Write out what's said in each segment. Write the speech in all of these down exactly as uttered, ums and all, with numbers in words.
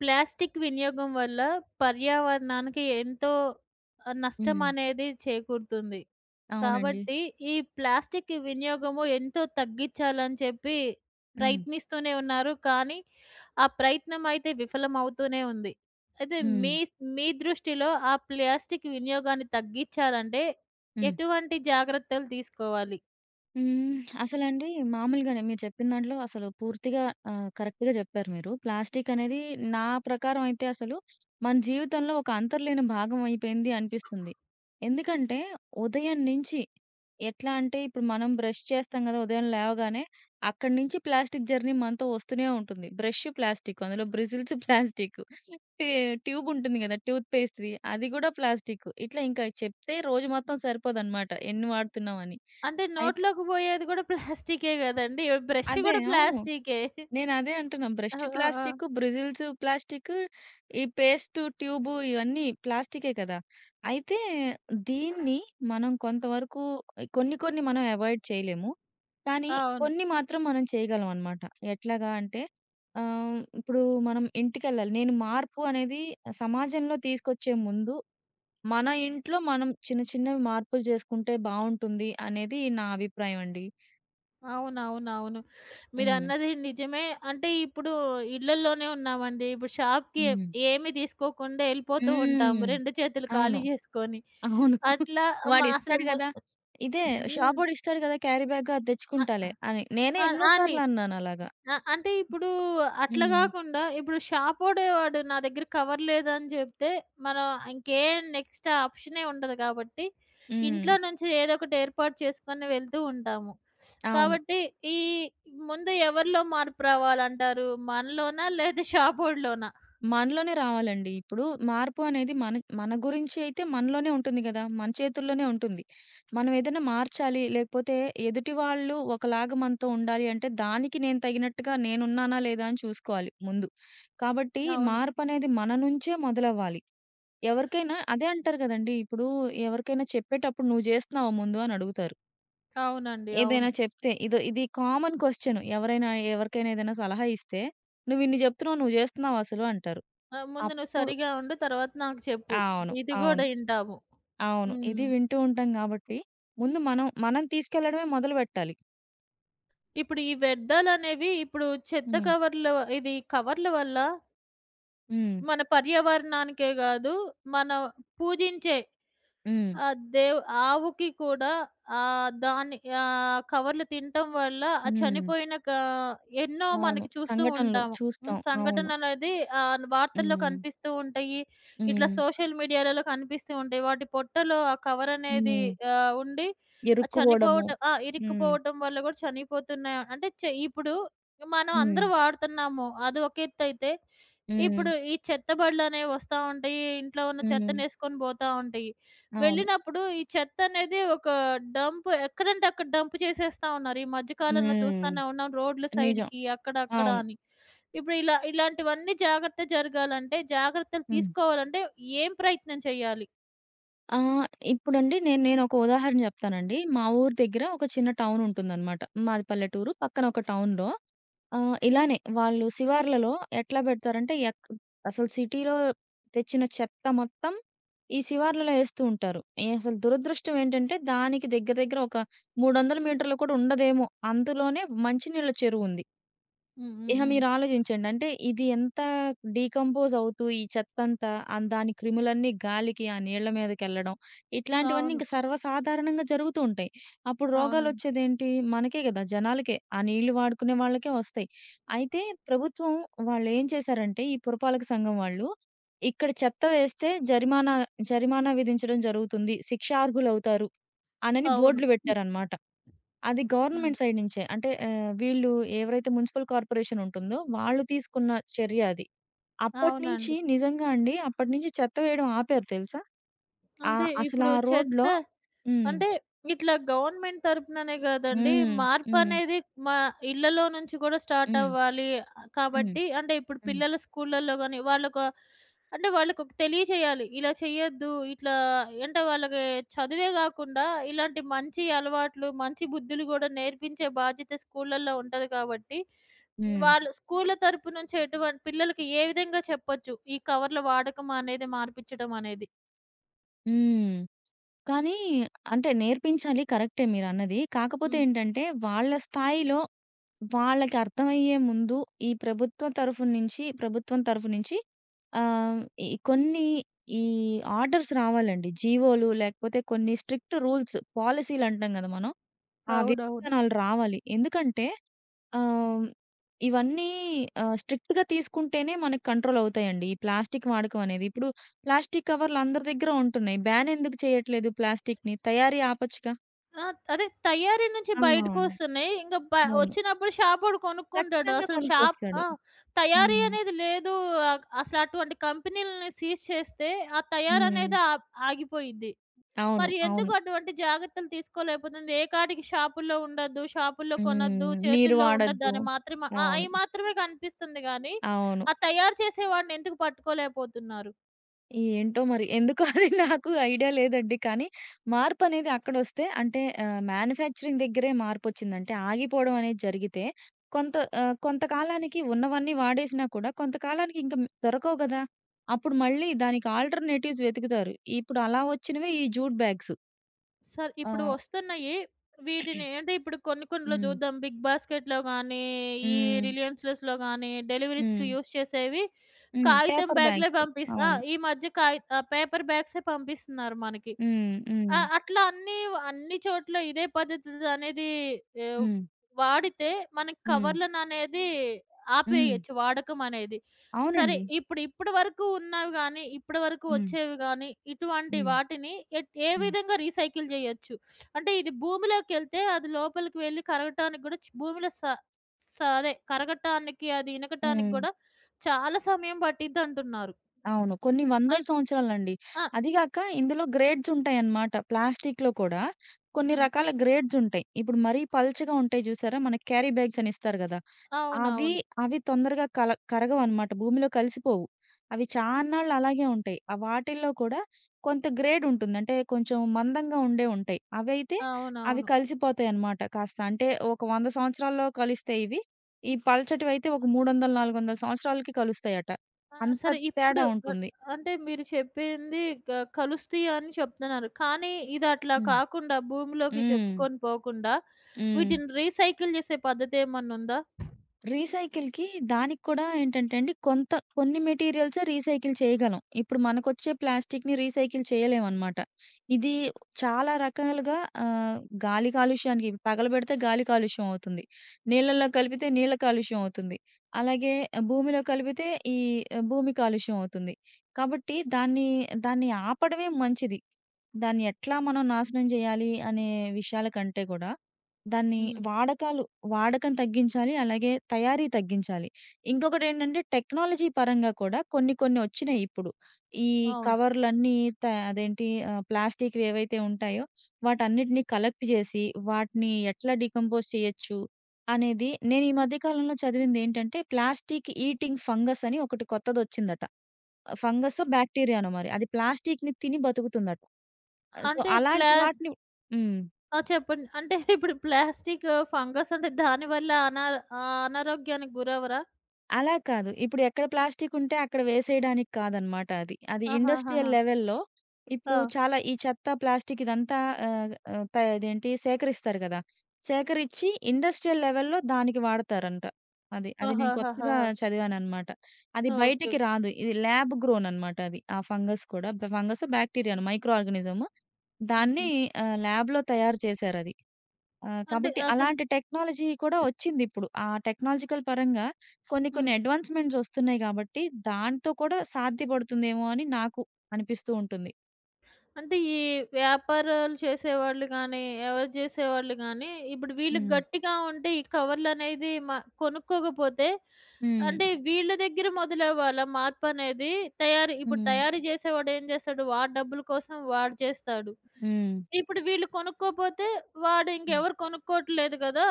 Plastic వినియోగం వల్ల పర్యావరణానికి ఎంతో ఆహ్, హ్మ్. నష్టమనేది చేకూరుతుంది. అవునండి. కాబట్టి ఈ ప్లాస్టిక్ వినియోగము ఎంతో తగ్గిచ్చాలని చెప్పి హ్మ్. ప్రయత్నిస్తూనే ఉన్నారు. కానీ ఆ ప్రయత్నం అయితే విఫలమవుతూనే ఉంది. అయితే హ్మ్. మీ మీ దృష్టిలో ఆ ప్లాస్టిక్ వినియోగాన్ని తగ్గిచ్చాలంటే హ్మ్. ఎటువంటి జాగ్రత్తలు తీసుకోవాలి? హ్మ్. అసలండి, మామూలుగానే మీరు చెప్పిన దాంట్లో అసలు పూర్తిగా ఆహ్, కరెక్ట్‌గా చెప్పారు మీరు. ప్లాస్టిక్ అనేది నా ప్రకారం అయితే అసలు మన జీవితంలో ఒక అంతర్లేని భాగం అయిపోయింది అనిపిస్తుంది. ఎందుకంటే ఉదయం నుంచి ఎట్లా అంటే ఇప్పుడు మనం బ్రష్ చేస్తాం గదా! ఉదయం లేవగానే, అక్కడి నుంచి ప్లాస్టిక్ జర్నీ మనతో వస్తూనే ఉంటుంది. బ్రష్ ప్లాస్టిక్, అందులో బ్రిజిల్స్ ప్లాస్టిక్, టే ట్యూబ్ ఉంటుంది గదా! టూత్ పేస్ట్‌ది అది గూడా ప్లాస్టిక్. ఇట్లా ఇంకా చెప్తే రోజు మొత్తం సరిపోదనమాట. ఎన్ని వాడుతున్నాం అని. అంటే అయితే నోట్లోకి పోయేది గూడా ప్లాస్టికే గదండీ! బ్రష్ అదే. గూడా అవును. ప్లాస్టికే. నేనదే అంటున్నా. బ్రష్ ఆ! ఆ! ఆ! ప్లాస్టిక్, బ్రిజిల్స్ ప్లాస్టిక్, ఈ పేస్ట్ ట్యూబు ఇవన్నీ ప్లాస్టికే కదా! అయితే దీన్ని మనం కొంతవరకు, కొన్ని కొన్ని మనం అవాయిడ్ చేయలేము. కానీ అవును. కొన్ని మాత్రం మనం చేయగలం అనమాట. ఎట్లాగా అంటే ఆహ్, ఇప్పుడు మనం ఇంటికెళ్ళాలి. నేను మార్పు అనేది సమాజంలో తీసుకొచ్చే ముందు మన ఇంట్లో మనం చిన్న చిన్నవి మార్పులు చేసుకుంటే బావుంటుంది అనేది నా అభిప్రాయం అండి. అవునవునవును. హ్మ్. మీరన్నది నిజమే. అంటే ఇప్పుడు ఇళ్ళల్లోనే ఉన్నామండి. ఇప్పుడు షాప్‌కి హ్మ్. ఏమి తీసుకోకుండా ఎళ్ళిపోతూ ఉంటాము. హ్మ్. రెండు చేతులు అవును. ఖాళీ చేసుకొని. అవును. అట్లా మ అసలు వాడిస్తాడు ము గదా! ఇదే, హ్మ్. షాపోడు ఇస్తాడు గదా! క్యారీ బ్యాగ్ అది అ తెచ్చుకుంటాలే అని. నేనే అ ఎన్నో అని. సార్లు అన్నాను అలాగా. అ అంటే ఇప్పుడు అట్లా హ్మ్. గాకుండా ఇప్పుడు షాపోడే వాడు నా దగ్గర కవర్ లేదని జెప్తే మనం ఇంకేం నెక్స్ట్ ఆప్షనే ఉండదు కాబట్టి హ్మ్. ఇంట్లో నుంచి ఏదో ఒకటి ఏర్పాటు చేసుకొని వెళ్తూ ఉంటాము. అవును. కాబట్టి ఈ ముందు ఎవరిలో మార్పు రావాలంటారు? మనలోనా? లేదా షాపోడిలోనా? మనలోనే రావాలండి. ఇప్పుడు మార్పు అనేది మన మన గురించి అయితే మనలోనే ఉంటుంది గదా! మన చేతుల్లోనే ఉంటుంది. మనం ఏదైనా మార్చాలి, లేకపోతే ఎదుటి వాళ్ళు ఒకలాగా మనతో ఉండాలి అంటే, దానికి నేను తగినట్టుగా నేనున్నానా లేదా అని చూసుకోవాలి ముందు. కాబట్టి అవును. మార్పనేది మన నుంచే మొదలవ్వాలి. ఎవరికైనా అదే అంటారు గదండీ! ఇప్పుడు ఎవరికైనా చెప్పేటప్పుడు "నువ్వు జేస్తున్నావా ముందు" అని అడుగుతారు. అవునండి. ఏదైనా అవును. చెప్తే ఇదో ఇది కామన్ క్వెషన్. ఎవరైనా ఎవరికైనా ఏదైనా సలహా ఇస్తే, "నువ్విన్ని జెప్తున్నావు, నువ్వు జేస్తున్నావా అసలు" అంటారు. ఆ! ముందు నువ్వు అప్పుడు సరిగా ఉండు. తర్వాత నాకు చెప్పు. అవును. ఇది అవును. గూడా ఇంటాము. అవును. హ్మ్. ఇది వింటూ ఉంటాం గాబట్టి, ముందు మనం, మనం తీసుకెళ్ళడమే మొదలుపెట్టాలి. ఇప్పుడు ఈ వ్యర్థాలనేవి ఇప్పుడు చెత్త హ్మ్. కవర్లు ఇది కవర్ల వల్ల హ్మ్. మన పర్యావరణానికే గాదు, మనం పూజించే హ్మ్. ఆ! దేవ్ ఆవుకి కూడా ఆహ్, దాన్ని ఆహ్, కవర్లు తినటం వల్ల ఆ హ్మ్. చనిపోయిన కా ఎన్నో అవును. మనకి చూస్తూ సంఘటనలు ఉంటాము. హ్మ్. చూస్తాం. అవును. సంఘటనలనేది ఆహ్, వార్తల్లో హ్మ్. కనిపిస్తూ ఉంటాయి. ఇట్లా హ్మ్. సోషల్ మీడియాలలో కనిపిస్తూ ఉంటాయి. వాటి పొట్టలో ఆ కవరనేది హ్మ్. ఆహ్, ఉండి ఆ ఇరుక్కుపోవడము. చనిపోవటం ఆ! హ్మ్. ఇరుక్కుపోవటం వల్ల గూడా చనిపోతున్నాయి. అంటే చె ఇప్పుడు మనం హ్మ్. అందరూ వాడుతున్నాము. అది ఒక ఎత్తైతే, హ్మ్. ఇప్పుడు ఈ చెత్త బళ్ళనేవి వస్తా ఉంటాయి. ఇంట్లో ఉన్న హ్మ్. చెత్తనేసుకొని పోతా ఉంటాయి. అవును. వెళ్ళినప్పుడు ఈ చెత్తనేది ఒక డంప్ ఎక్కడంటే అక్కడ డంప్ చేసేస్తా ఉన్నారు. ఈ మధ్య కాలంలో హ్మ్. చూస్తానే ఉన్నాం రోడ్ల నిజం. సైడ్‌కి అక్కడ, అక్కడ అవును. అని. ఇప్పుడు ఇలా ఇలాంటివన్నీ జాగ్రత్త జరగాలంటే, జాగ్రత్తలు హ్మ్. తీసుకోవాలంటే ఏం ప్రయత్నం చేయాలి? ఆహ్, ఇప్పుడండి, నేను నేనొక ఉదాహరణ జెప్తానండి. మా ఊరు దగ్గర ఒక చిన్న టౌనుంటుందనమాట. మాది పల్లెటూరు. పక్కన ఒక టౌన్‌లో ఆ! ఇలానే వాళ్ళు శివార్లలో ఎట్లా బెడతారంటే ఎక్ అసలు సిటీలో తెచ్చిన చెత్త మొత్తం ఈ శివార్లలో ఏస్తూ ఉంటారు. ఏ అసలు దురదృష్టం ఏంటంటే దానికి దగ్గర దగ్గర ఒక మూడు వందల మీటర్లు కూడా ఉండదేమో! అందులోనే మంచినీళ్ళ చెరువుంది. హ్మ్. హ్మ్. ఇహ హ్మ్. మీరాలోచించండి. అంటే ఇది ఎంత డీకంపోజ్ అవుతూ ఈ చెత్తంతా ఆన్ దాని క్రిములన్నీ గాలికి ఆ నీళ్ళ మీదకెళ్ళడం, ఇట్లాంటివన్నీ అవును. ఇంక సర్వసాధారణంగా జరుగుతూ ఉంటాయి. అప్పుడు అవునండి. రోగాలొచ్చేదేంటి? మనకే గదా! జనాలకే. ఆ నీళ్లు వాడుకునే వాళ్ళకే వస్తాయి. అయితే ప్రభుత్వం, వాళ్ళేం చేశారంటే ఈ పురపాలక సంఘం వాళ్ళు, ఇక్కడ చెత్త వేస్తే జరిమానా జరిమానా విధించడం జరుగుతుంది. శిక్షార్హులవుతారు. అనని అవును. బోర్డులు పెట్టారనమాట. అది హ్మ్. గవర్నమెంట్ సైడ్ నుంచే. అంటే ఆహ్, వీళ్ళు ఎవరైతే మున్సిపల్ కార్పొరేషన్ ఉంటుందో వాళ్ళు తీసుకున్న చర్య అది. అప్పటినుంచి అవునండి. నిజంగా అండి అప్పటినుంచి చెత్త వేయడం ఆపారు తెలుసా? అంటే ఆహ్, అసలా ఇప్పుడు చెత్త రోడ్‌లో. హ్మ్. అంటే ఇట్లా గవర్నమెంట్ తరపుననే కాదండి. హ్మ్. హ్మ్. మార్పనేది మా ఇళ్ళలో నుంచి కూడా స్టార్ట్ హ్మ్. అవ్వాలి. ఆ, హ్మ్. కాబట్టి అంటే ఇప్పుడు హ్మ్. పిల్లల స్కూళ్ళల్లో గాని వాళ్ళొక అంటే వాళ్ళకొక తెలియజేయాలి. ఇలా చేయొద్దు. ఇట్లా అంటే వాళ్ళకి చదువే గాకుండా ఇలాంటి మంచి అలవాట్లు, మంచి బుద్ధులు గూడా నేర్పించే బాధ్యత స్కూళ్ళల్లో ఉంటది కాబట్టి, హ్మ్. వాళ్ళు స్కూళ్ళ తరపు నుంచి ఎటువంటి పిల్లలకి ఏ విధంగా చెప్పొచ్చు. ఈ కవర్‌ల వాడకం అనేది మార్పించడం అనేది. హ్మ్. కానీ అంటే నేర్పించాలి, కరెక్టే మీరన్నది. కాకపోతే హ్మ్. ఏంటంటే వాళ్ళ స్థాయిలో వాళ్ళకి అర్థమయ్యే ముందు ఈ ప్రభుత్వ తరఫు నుంచి ప్రభుత్వం తరఫు నుంచి ఆహ్, ఈ కొన్ని ఈ ఆర్డర్స్ రావాలండి. జీవోలు లేకపోతే కొన్ని స్ట్రిక్ట్ రూల్స్, పాలిసీలు అంటాం గదా మనం. ఆ అవునవును. విధానాలు రావాలి. ఎందుకంటే ఆహ్, ఇవన్నీ ఆహ్, స్ట్రిక్ట్‌గా తీసుకుంటేనే మనకు కంట్రోల్ అవుతాయండి. ఈ ప్లాస్టిక్ వాడకం అనేది. ఇప్పుడు ప్లాస్టిక్ కవర్లు అందరి దగ్గర ఉంటున్నాయి. బ్యాన్ ఎందుకు చేయట్లేదు ప్లాస్టిక్‌ని? తయారీ ఆపొచ్చుగా. ఆ! అదే తయారీ నుంచి ఆ! బయటికొస్తున్నాయి. ఇంక బ అవును. వచ్చినప్పుడు షాపోడు కొనుక్కుంటాడు. ఖచ్చితంగా అసలు షాప్ ఆ! కొనుక్కొస్తాడు. తయారీ హ్మ్. అనేది లేదు. అగ్ అసలు అటువంటి కంపెనీలని సీజ్ చేస్తే, ఆ హ్మ్. తయారనేది ఆప్ ఆగిపోయిద్ది. అవును. మరి అవును. ఎందుకు అటువంటి జాగ్రత్తలు తీసుకోలేకపోతుంది? ఏ కాడికి షాపుల్లో ఉండద్దు, షాపుల్లో కొనొద్దు, హ్మ్. మీరు చేతుల్లో ఉండద్దు వాడొద్దు. అని మాత్రమే ఆ! అవును. అయి మాత్రమే కనిపిస్తుంది గానీ, అవును. ఆ తయారు చేసేవాడిని ఎందుకు పట్టుకోలేకపోతున్నారు? ఏంటో మరి ఎందుకో అది నాకు ఐడియా లేదండి. కానీ మార్పనేది అక్కడొస్తే, అంటే ఆహ్, మ్యానుఫ్యాక్చరింగ్ దగ్గరే మార్పొచ్చిందంటే, ఆగిపోవడం అనేది జరిగితే కొంత ఆహ్, కొంతకాలానికి ఉన్నవన్నీ వాడేసినా కూడా, కొంతకాలానికి ఇంక దొరకవు గదా! అప్పుడు మళ్ళీ దానికి ఆల్టర్‌నేటివ్స్ వెతుకుతారు. ఇప్పుడు అలా వచ్చినవే ఈ జూట్ బ్యాగ్స్. సార్ ఇప్పుడు ఆ! వస్తున్నాయి. వీటిని అంటే ఇప్పుడు కొన్ని కొన్నిలో హ్మ్. చూద్దాం 'బిగ్ బాస్కెట్'లో గానీ, ఈ హ్మ్. 'రిలయన్స్ ఫ్రెష్'లో గానీ డెలివరీస్‌కి హ్మ్. యూజ్ చేసేవి హ్మ్. కాగితం పేపర్ బ్యాగ్‌లే బ్యాగ్స్. పంపిస్ ఆ! అవును. ఈ మధ్య కాగి ఆహ్, పేపర్ బ్యాగ్సే పంపిస్తున్నారు మనకి. హ్మ్. హ్మ్. ఆ! అట్లా అన్నీ అన్ని చోట్ల ఇదే పద్ధతి అనేది ఆహ్, హ్మ్. వాడితే మనకి హ్మ్. కవర్లననేది హ్మ్. ఆపేయొచ్చు వాడకం అనేది. సరే అవునండి. ఇప్పుడు ఇప్పటి వరకు ఉన్నవి గానీ, ఇప్పటి వరకు హ్మ్. వచ్చేవి గానీ, ఇటువంటి హ్మ్. వాటిని ఎట్ ఏ హ్మ్. విధంగా రీసైకిల్ జేయొచ్చు? అంటే ఇది భూమిలోకెళ్తే అది లోపలికి వెళ్లి కరగటానికి గూడా చ్ భూమిలో స స అదే కరగటానికి అది ఇనకటానికి హ్మ్. గూడా చాలా సమయం పట్టిద్దంటున్నారు. అవును. కొన్ని వందల అయి సంవత్సరాలండి. ఆ! అది గాక ఇందులో గ్రేడ్స్ ఉంటాయన్నమాట. ప్లాస్టిక్‌లో కూడా కొన్ని హ్మ్. రకాల గ్రేడ్స్ ఉంటాయి. ఇప్పుడు మరీ పల్చగా ఉంటాయి చూసారా? మనకి క్యారీ బ్యాగ్స్ అని ఇస్తారు గదా! అవి, అవునవును. అవి తొందరగా కల కరగవనమాట. భూమిలో కలిసిపోవు. అవి చాన్నాళ్ళు అలాగే ఉంటాయి. ఆ వాటిల్లో కూడా కొంత గ్రేడ్ ఉంటుంది. అంటే కొంచెం మందంగా ఉండేవి ఉంటాయి. అవైతే అవి అవునవును. కలిసిపోతాయన్నమాట కాస్త. అంటే ఒక వంద సంవత్సరాల్లో కలుస్తాయి ఇవి. ఈ పల్చటివైతే ఒక మూడు వందల, నాలుగు వందల సంవత్సరాలకి కలుస్తాయట. ఆ! అంత సరే ఇప్పుడు తేడా అ ఉంటుంది. అంటే మీరు చెప్పింది క కలుస్తాయి అని చెప్తున్నారు. కానీ ఇది అట్లా హ్మ్. కాకుండా భూమిలోకి హ్మ్. చెప్పుకొని పోకుండా హ్మ్. వీటిని రీసైకిల్ చేసే పద్ధతి ఏమన్నా ఉందా? రీసైకిల్‌కి, దానికి కూడా ఏంటంటే అండి, కొంత కొన్ని మెటీరియల్సే రీసైకిల్ చేయగలం. ఇప్పుడు మనకొచ్చే ప్లాస్టిక్‌ని రీసైకిల్ చేయలేమనమాట. ఇది చాలా రకాలుగా ఆహ్, గాలి కాలుష్యానికి, పగలబెడితే గాలి కాలుష్యం అవుతుంది. నీళ్ళలో కలిపితే నీళ్ళ కాలుష్యం అవుతుంది. అలాగే భూమిలో కలిపితే ఈ భూమి కాలుష్యం అవుతుంది. కాబట్టి దాన్ని, దాన్ని ఆపడమే మంచిది. దాన్ని ఎట్లా మనం నాశనం చేయాలి అనే విషయాల కంటే కూడా, దాన్ని హ్మ్. వాడకాలు వాడకం తగ్గించాలి. అలాగే తయారీ తగ్గించాలి. ఇంకొకటేంటంటే టెక్నాలజీ పరంగా కూడా కొన్ని కొన్ని వచ్చినాయి ఇప్పుడు. ఈ అవును. కవర్‌లన్నీ త అదేంటి ఆహ్, ప్లాస్టిక్‌వి ఏవైతే ఉంటాయో వాటన్నిటిని కలెక్ట్ చేసి, వాటిని ఎట్లా డీకంపోజ్ చేయొచ్చు అనేది నేను ఈ మధ్య కాలంలో చదివిందేంటంటే, ప్లాస్టిక్ ఈటింగ్ ఫంగస్ అని ఒకటి కొత్తదొచ్చిందట. ఫంగసో, బ్యాక్టీరియానో మరి. అది ప్లాస్టిక్‌ని తిని బతుకుతుందట. సో, అంటే ప్లా అలాంటి వాటిని. హ్మ్. ఆ! చెప్పండి. అంటే ఇప్పుడు ప్లాస్టిక్ ఫంగస్ అంటే దాని వల్ల అనా ఆహ్, అనారోగ్యానికి గురవ్వరా? అలా కాదు. ఇప్పుడు ఎక్కడ ప్లాస్టికుంటే అక్కడ వేసేయడానికి కాదనమాట అది. అది ఇండస్ట్రియల్ ఆహాహాహా! లెవెల్‌లో ఇప్పుడు ఆ! చాలా ఈ చెత్త, ప్లాస్టిక్ ఇదంతా ఆహ్, ఆహ్, త ఇదేంటి, సేకరిస్తారు గదా! సేకరించి ఇండస్ట్రియల్ లెవెల్‌లో దానికి వాడతారంట. అది. అది నేను కొత్తగా ఆహాహాహాహా! చదివాననమాట. అది ఓకే. బయటికి రాదు. ఇది ల్యాబ్ గ్రోన్ అనమాట అది. ఆ ఫంగస్ కూడా. ఫంగసో, బ్యాక్టీరియానో మైక్రో ఆర్గానిజము. హుహు. దాన్ని ఆహ్, ల్యాబ్‌లో తయారు చేశారది. ఆ! అంటే కాబట్టి అసలు అలాంటి టెక్నాలజీ కూడా వచ్చిందిప్పుడు. ఆ టెక్నాలజికల్ పరంగా కొన్ని కొన్ని హ్మ్. అడ్వాన్స్‌మెంట్స్ వస్తున్నాయి కాబట్టి, దాంతో కూడా సాధ్యపడుతుందేమో అని నాకు అనిపిస్తూ ఉంటుంది. అంటే ఈ వ్యాపారాలు చేసేవాళ్ళు గానీ, ఎవరు చేసేవాళ్ళు గానీ, ఇప్పుడు వీళ్ళు హ్మ్. గట్టిగా ఉండి ఈ కవర్లనేది మ కొనుక్కోకపోతే హ్మ్. అంటే వీళ్ళ దగ్గర మొదలవ్వాలా మార్పనేది? తయారీ ఇప్పుడు హ్మ్. తయారీ చేసేవాడేం చేస్తాడు? వాడి డబ్బుల కోసం వాడు చేస్తాడు. హ్మ్. ఇప్పుడు వీళ్ళు కొనుక్కోపోతే వాడు హ్మ్. ఇంకెవరు కొనుక్కోవట్లేదు కదా!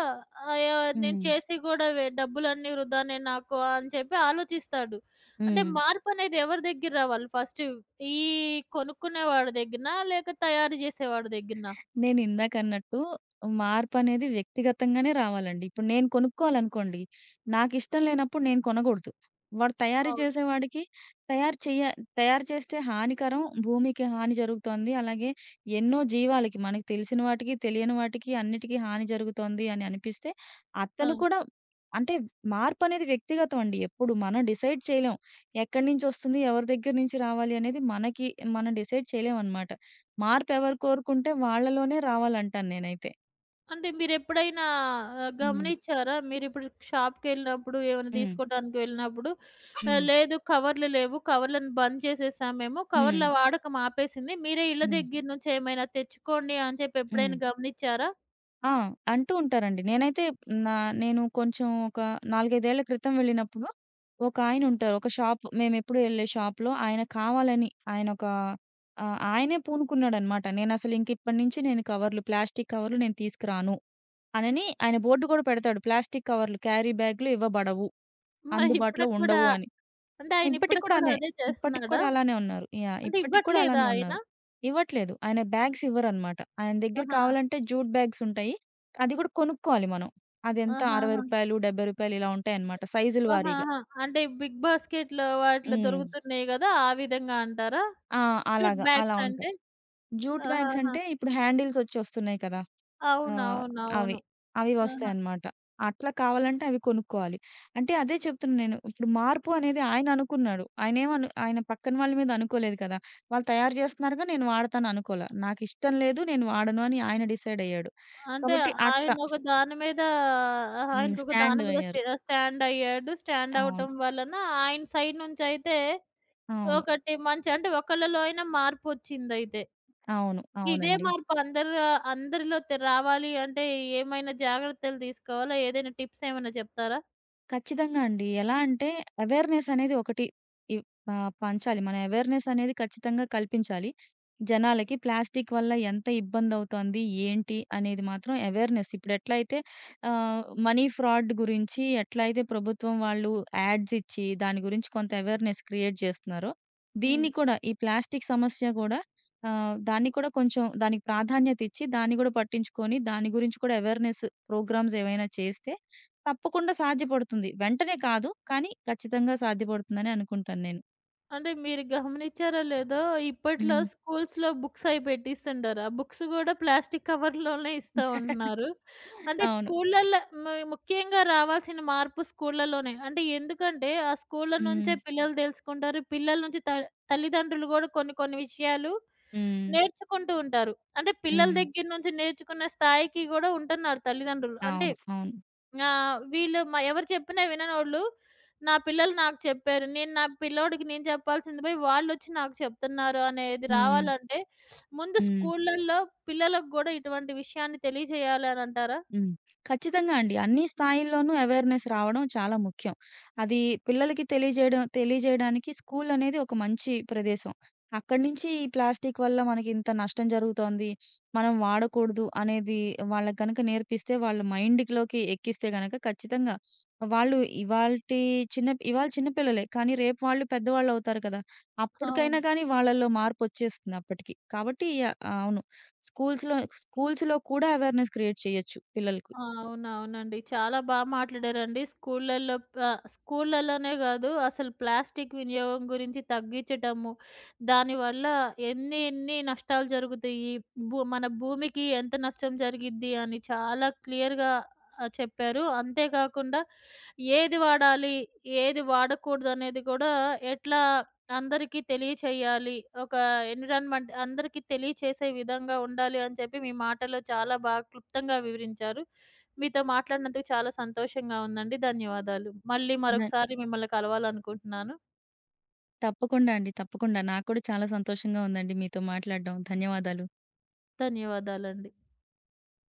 అయ్యో! నేను హ్మ్. చేసి కూడా వె డబ్బులన్నీ వృధానే నాకు అని చెప్పి ఆలోచిస్తాడు. అంటే హ్మ్. మార్పనేది ఎవరి దగ్గర రావాలి ఫస్ట్? ఈ కొనుక్కునేవాడి దగ్గరనా? లేక తయారు చేసేవాడి దగ్గరనా? నేనిందాకన్నట్టు, మార్పనేది వ్యక్తిగతంగానే రావాలండి. ఇప్పుడు నేను కొనుక్కోవాలనుకోండి, నాకిష్టం లేనప్పుడు నేను కొనగూడదు. వాడు తయారీ అవును. చేసేవాడికి తయారు చెయ్య తయారు చేస్తే హానికరం, భూమికి హాని జరుగుతోంది. అలాగే ఎన్నో జీవాలకి, మనకు తెలిసిన వాటికి, తెలియని వాటికి అన్నిటికి హాని జరుగుతోంది అని అనిపిస్తే, అతను ఆ! కూడా అంటే మార్పనేది వ్యక్తిగతం అండి. ఎప్పుడు మనం డిసైడ్ చేయలేం. ఎక్కడి నుంచొస్తుంది, ఎవరి దగ్గర నుంచి రావాలి అనేది మనకి, మనం డిసైడ్ చేయలేమనమాట. మార్పెవరు కోరుకుంటే వాళ్ళలోనే రావాలంటాను నేనైతే. అంటే మీరెప్పుడైనా ఆహ్, హ్మ్. గమనిచ్చారా? మీరిప్పుడు షాప్‌కెళ్ళినప్పుడు, ఏమైనా హ్మ్. తీసుకోటానికి వెళ్ళినప్పుడు ఆహ్, హ్మ్. లేదు కవర్లు లేవు. కవర్లను బంద్ చేసేసాం మేము. హ్మ్. కవర్ల వాడకం ఆపేసింది. మీరే ఇళ్ళ హ్మ్. దగ్గర నుంచి ఏమైనా తెచ్చుకోండి అని చెప్పి హ్మ్. ఎప్పుడైనా గమనిచ్చారా? ఆ! అంటూ ఉంటారండి. నేనైతే నా నేను కొంచెం ఒక నాలుగు, ఐదు ఏళ్ల క్రితం వెళ్ళినప్పుడు ఒకాయనుంటారు. ఒక షాప్, మేమెప్పుడు ఎళ్ళే షాప్‌లో ఆయన కావాలని ఆయనొక ఆహ్, ఆయనే పూనుకున్నాడనమాట. నేనసలు ఇంక ఇప్పటి నుంచి నేను కవర్లు, ప్లాస్టిక్ కవర్లు నేను తీసుకురాను అనని ఆయన బోర్డ్ గూడా పెడతాడు. ప్లాస్టిక్ కవర్లు, క్యారీ బ్యాగ్‌లు ఇవ్వబడవు, మరి అందుబాటులో ఇప్పటికి కూడా ఉండవు అని. అంటే ఆయన ఇప్పటికి ఇప్పటికి కూడా కూడా అనే. అదే ఇప్పటికి చేస్తున్నాడా? కూడా అలానే ఉన్నారు. యాహ్! అంటే ఇప్పటికి కూడా ఇవ్వట్లేదా అలానే ఆయన? ఉన్నారు. ఇవ్వట్లేదు. ఆయన బ్యాగ్స్ ఇవ్వరనమాట. ఆయన దగ్గర ఆహా! కావాలంటే జూట్ బ్యాగ్స్ ఉంటాయి. అది కూడా కొనుక్కోవాలి మనం. అదెంత, రూ. ఆహాహా! అరవై, రూ. డెబ్బై ఇలా ఉంటాయన్నమాట సైజుల వారీగా. ఆహాహా! అంటే బిగ్ బాస్కెట్‌లో వాటిలో హ్మ్. దొరుకుతున్నాయి గదా! ఆ విధంగా అంటారా? ఆ! జూట్ అలాగా. అలా బ్యాగ్స్ ఉంటాయి. అంటే? జూట్ బ్యాగ్స్ ఆహాహా! అంటే ఇప్పుడు హ్యాండిల్స్ ఒచ్చి వస్తున్నాయి కదా! ఆ! అవి. అవునవునవును. అవి ఆహా! వస్తాయన్నమాట. అట్లా కావాలంటే అవి కొనుక్కోవాలి. అంటే అదే చెప్తున్నా నేను. ఇప్పుడు మార్పు అనేది ఆయన అనుకున్నాడు. ఆయనేమను ఆయన పక్కన వాళ్ళ మీద అనుకోలేదు కదా! వాళ్ళు తయారు చేస్తున్నారుగా, నేను వాడతాను అనుకోలా. నాకిష్టం లేదు, నేను వాడను అని ఆయన డిసైడ్ అయ్యాడు. అంటే కాబట్టి అట్లా. ఆయనొక దాని మీద హ్మ్. ఆయనకొక స్టాండ్ దాని మీద అయ్యారు. స్టే స్టాండ్ అయ్యాడు. స్టాండ్ అవును. అవ్వటం వలన ఆయన సైడ్ నుంచయితే అవును. ఒకటి మంచి అంటే ఒకళ్ళలో అయినా మార్పొచ్చిందయితే. అవును. ఇదే అవునండి. మార్పు అందరు అందరిలో తె రావాలి అంటే ఏమైనా జాగ్రత్తలు తీసుకోవాలా? ఏదైనా టిప్స్ ఏమైనా చెప్తారా? ఖచ్చితంగా అండి. ఎలా అంటే అవేర్‌నెస్ అనేది ఒకటి ఇవ్ ఆహ్, పంచాలి. మన అవేర్‌నెస్ అనేది ఖచ్చితంగా కల్పించాలి. జనాలకి ప్లాస్టిక్ వల్ల ఎంత ఇబ్బందవుతోంది? ఏంటి? అనేది మాత్రం అవేర్‌నెస్ ఇప్పుడెట్లయితే ఆహ్, మనీ ఫ్రాడ్ గురించి ఎట్లయితే ప్రభుత్వం వాళ్ళు యాడ్స్ ఇచ్చి దాని గురించి కొంత అవేర్‌నెస్ క్రియేట్ చేస్తున్నారో, హ్మ్. దీన్ని కూడా ఈ ప్లాస్టిక్ సమస్య గూడా ఆహ్, దాన్ని కూడా కొంచెం దానికి ప్రాధాన్యత ఇచ్చి, దాన్ని గూడా పట్టించుకొని దాని గురించి కూడా అవేర్‌నెస్ ప్రోగ్రామ్స్ ఏవైనా చేస్తే తప్పకుండా సాధ్యపడుతుంది. వెంటనే కాదు. కానీ ఖచ్చితంగా సాధ్యపడుతుందని అనుకుంటాను నేను. అంటే మీరు గమనిచ్చారో లేదో ఇప్పట్లో హ్మ్. స్కూల్స్‌లో బుక్స్ అయి పెట్టిస్తుండారు. ఆ బుక్స్ గూడా ప్లాస్టిక్ కవర్‌లోనే ఇస్తా ఉంటున్నారు. అంటే అవును. స్కూళ్ళల్లో ము ముఖ్యంగా రావాల్సిన మార్పు స్కూళ్ళలోనే. అంటే ఎందుకంటే ఆ స్కూళ్ళ హ్మ్. నుంచే పిల్లలు తెలుసుకుంటారు. పిల్లల నుంచి త తల్లిదండ్రులు గూడా కొన్ని కొన్ని విషయాలు హ్మ్. నేర్చుకుంటూ ఉంటారు. అంటే పిల్లల హ్మ్. దగ్గర నుంచి నేర్చుకునే స్థాయికి గూడా ఉంటున్నారు తల్లిదండ్రులు. అంటే అవును. అవును. ఆ! వీళ్ళు మ ఎవరు చెప్పినా విననోళ్ళు, నా పిల్లలు నాకు చెప్పారు. నేను నా పిల్లోడికి నేను చెప్పాల్సింది పోయి వాళ్ళొచ్చి నాకు చెప్తున్నారు అనేది హ్మ్. రావాలంటే, ముందు హ్మ్. స్కూళ్ళల్లో పిల్లలకు గూడా ఇటువంటి విషయాన్ని తెలియజేయాలి అనంటారా? హ్మ్. ఖచ్చితంగా అండి. అన్ని స్థాయిల్లోనూ అవేర్‌నెస్ రావడం చాలా ముఖ్యం. అది పిల్లలకి తెలియజేయడం తెలియజేయడానికి స్కూలనేది ఒక మంచి ప్రదేశం. అక్కడి నుంచి ఈ ప్లాస్టిక్ వల్ల మనకింత నష్టం జరుగుతోంది. మనం వాడకూడదు అనేది వాళ్ళకి గనక నేర్పిస్తే, వాళ్ళ మైండ్‌లోకి ఎక్కిస్తే గనక ఖచ్చితంగా వాళ్ళు ఇవాల్టి చిన్న ఇవాళ చిన్న పిల్లలే. కానీ రేపు వాళ్ళు పెద్దవాళ్ళవుతారు కదా! అవును. అప్పటికైనా కానీ వాళ్ళలో మార్పొచ్చేస్తుంది అప్పటికి. కాబట్టి ఆహ్, అవును. స్కూల్స్‌లో స్కూల్స్‌లో కూడా అవేర్‌నెస్ క్రియేట్ చేయొచ్చు పిల్లలకి. ఆ! అవునవునండి. చాలా బా మాట్లాడారండి. స్కూళ్ళల్లో ఆహ్, స్కూళ్ళలోనే గాదు అసలు ప్లాస్టిక్ వినియోగం గురించి తగ్గిచ్చటము, దానివల్ల ఎన్ని ఎన్ని నష్టాలు జరుగుతాయి, భూ మన భూమికి ఎంత నష్టం జరిగిద్ది అని చాలా క్లియర్‌గా ఆహ్, చెప్పారు. అంతేకాకుండా ఏది వాడాలి, ఏది వాడకూడదనేది కూడా ఎట్లా అందరికీ తెలియచేయాలి, ఒక ఎన్విరాన్మెంట్ అందరికీ తెలియచేసే విధంగా ఉండాలి అని చెప్పి మీ మాటల్లో చాలా బాగా క్లుప్తంగా వివరించారు. మీతో మాట్లాడినందుకు చాలా సంతోషంగా ఉందండి. ధన్యవాదాలు. మళ్ళీ న మరొకసారి మిమ్మల్ని కలవాలనుకుంటున్నాను. తప్పకుండా అండి. తప్పకుండా. నాకు కూడా చాలా సంతోషంగా ఉందండి మీతో మాట్లాడడం. ధన్యవాదాలు. ధన్యవాదాలండి.